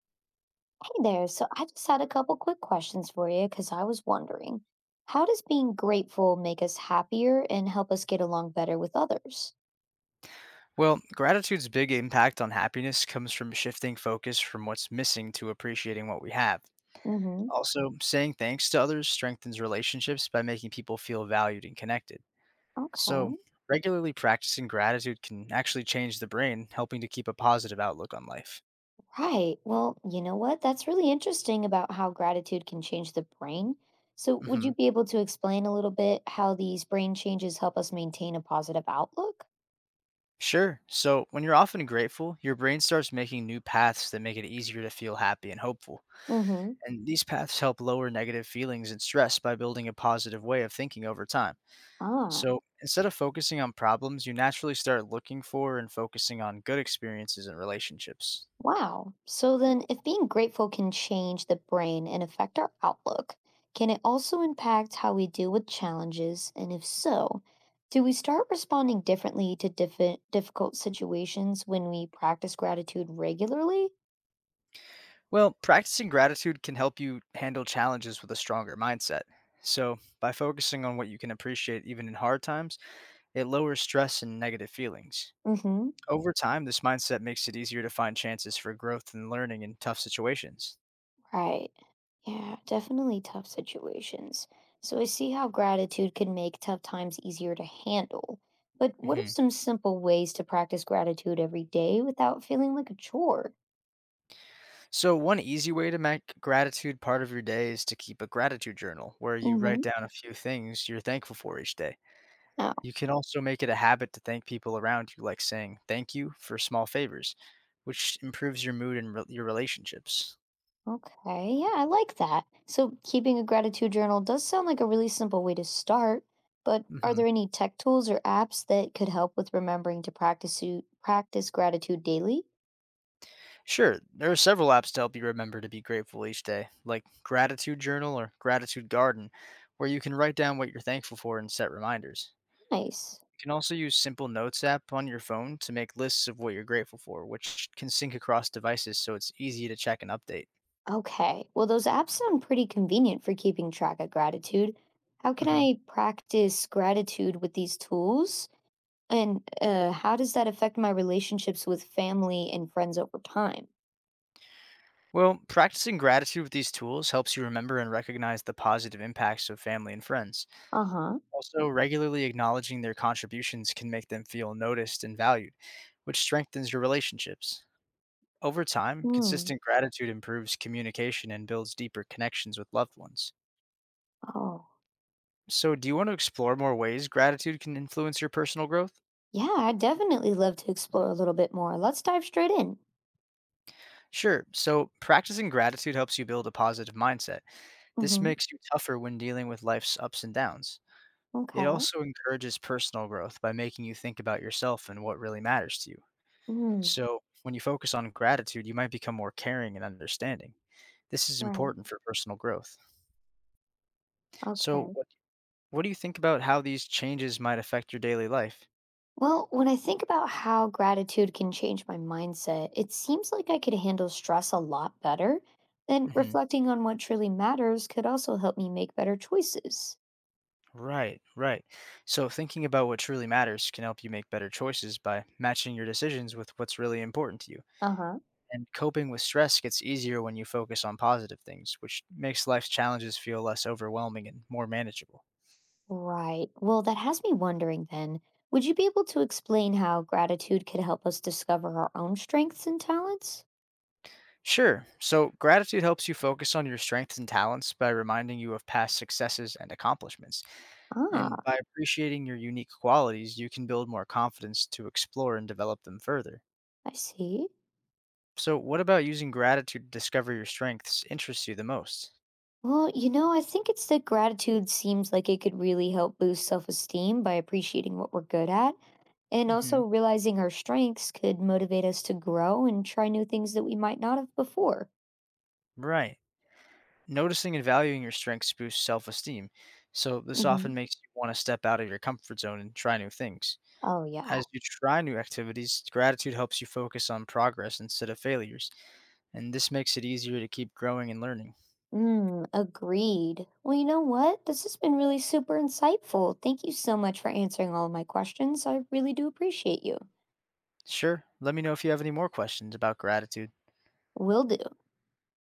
Hey there. So I just had a couple quick questions for you because I was wondering, how does being grateful make us happier and help us get along better with others? Well, gratitude's big impact on happiness comes from shifting focus from what's missing to appreciating what we have. Mm-hmm. Also, saying thanks to others strengthens relationships by making people feel valued and connected. So, Okay. regularly practicing gratitude can actually change the brain, helping to keep a positive outlook on life. Right. Well, you know what? That's really interesting about how gratitude can change the brain. So would hmm you be able to explain a little bit how these brain changes help us maintain a positive outlook? Sure. So, when you're often grateful, your brain starts making new paths that make it easier to feel happy and hopeful. Mm-hmm. And these paths help lower negative feelings and stress by building a positive way of thinking over time. Ah. So instead of focusing on problems, you naturally start looking for and focusing on good experiences and relationships. Wow. So then, if being grateful can change the brain and affect our outlook, can it also impact how we deal with challenges? And if so, do we start responding differently to difficult situations when we practice gratitude regularly? Well, practicing gratitude can help you handle challenges with a stronger mindset. So, by focusing on what you can appreciate even in hard times, it lowers stress and negative feelings. Mm-hmm. Over time, this mindset makes it easier to find chances for growth and learning in tough situations. Right. Yeah, definitely tough situations. So I see how gratitude can make tough times easier to handle. But what are hmm some simple ways to practice gratitude every day without feeling like a chore? So, one easy way to make gratitude part of your day is to keep a gratitude journal where you write Mm-hmm. down a few things you're thankful for each day. Wow. You can also make it a habit to thank people around you, like saying "thank you" for small favors, which improves your mood and your relationships. Okay, yeah, I like that. So, keeping a gratitude journal does sound like a really simple way to start, but are hmm there any tech tools or apps that could help with remembering to practice gratitude daily? Sure, there are several apps to help you remember to be grateful each day, like Gratitude Journal or Gratitude Garden, where you can write down what you're thankful for and set reminders. Nice. You can also use Simple Notes app on your phone to make lists of what you're grateful for, which can sync across devices so it's easy to check and update. Okay. Well, those apps sound pretty convenient for keeping track of gratitude. How can hmm I practice gratitude with these tools? And how does that affect my relationships with family and friends over time? Well, practicing gratitude with these tools helps you remember and recognize the positive impacts of family and friends. Uh-huh. Also, regularly acknowledging their contributions can make them feel noticed and valued, which strengthens your relationships. Over time, Hmm. consistent gratitude improves communication and builds deeper connections with loved ones. Oh. So, do you want to explore more ways gratitude can influence your personal growth? Yeah, I'd definitely love to explore a little bit more. Let's dive straight in. Sure. So, practicing gratitude helps you build a positive mindset. This Hmm. makes you tougher when dealing with life's ups and downs. It Okay. also encourages personal growth by making you think about yourself and what really matters to you. Mm, So, when you focus on gratitude, you might become more caring and understanding. This is right. important for personal growth. So, Okay. what do you think about how these changes might affect your daily life? Well, when I think about how gratitude can change my mindset, it seems like I could handle stress a lot better. And hmm reflecting on what truly matters could also help me make better choices. Right, right. So, thinking about what truly matters can help you make better choices by matching your decisions with what's really important to you. Uh huh. And coping with stress gets easier when you focus on positive things, which makes life's challenges feel less overwhelming and more manageable. Right. Well, that has me wondering then, would you be able to explain how gratitude could help us discover our own strengths and talents? Sure. So, gratitude helps you focus on your strengths and talents by reminding you of past successes and accomplishments. And Ah, by appreciating your unique qualities, you can build more confidence to explore and develop them further. I see. So, what about using gratitude to discover your strengths interests you the most? Well, I think it's that gratitude seems like it could really help boost self esteem by appreciating what we're good at. And hmm also realizing our strengths could motivate us to grow and try new things that we might not have before. Right. Noticing and valuing your strengths boosts self esteem. So, this Hmm. often makes you want to step out of your comfort zone and try new things. Oh, yeah. As you try new activities, gratitude helps you focus on progress instead of failures, and this makes it easier to keep growing and learning. Mm, agreed. Well, you know what? This has been really super insightful. Thank you so much for answering all of my questions. I really do appreciate you. Sure, let me know if you have any more questions about gratitude. Will do.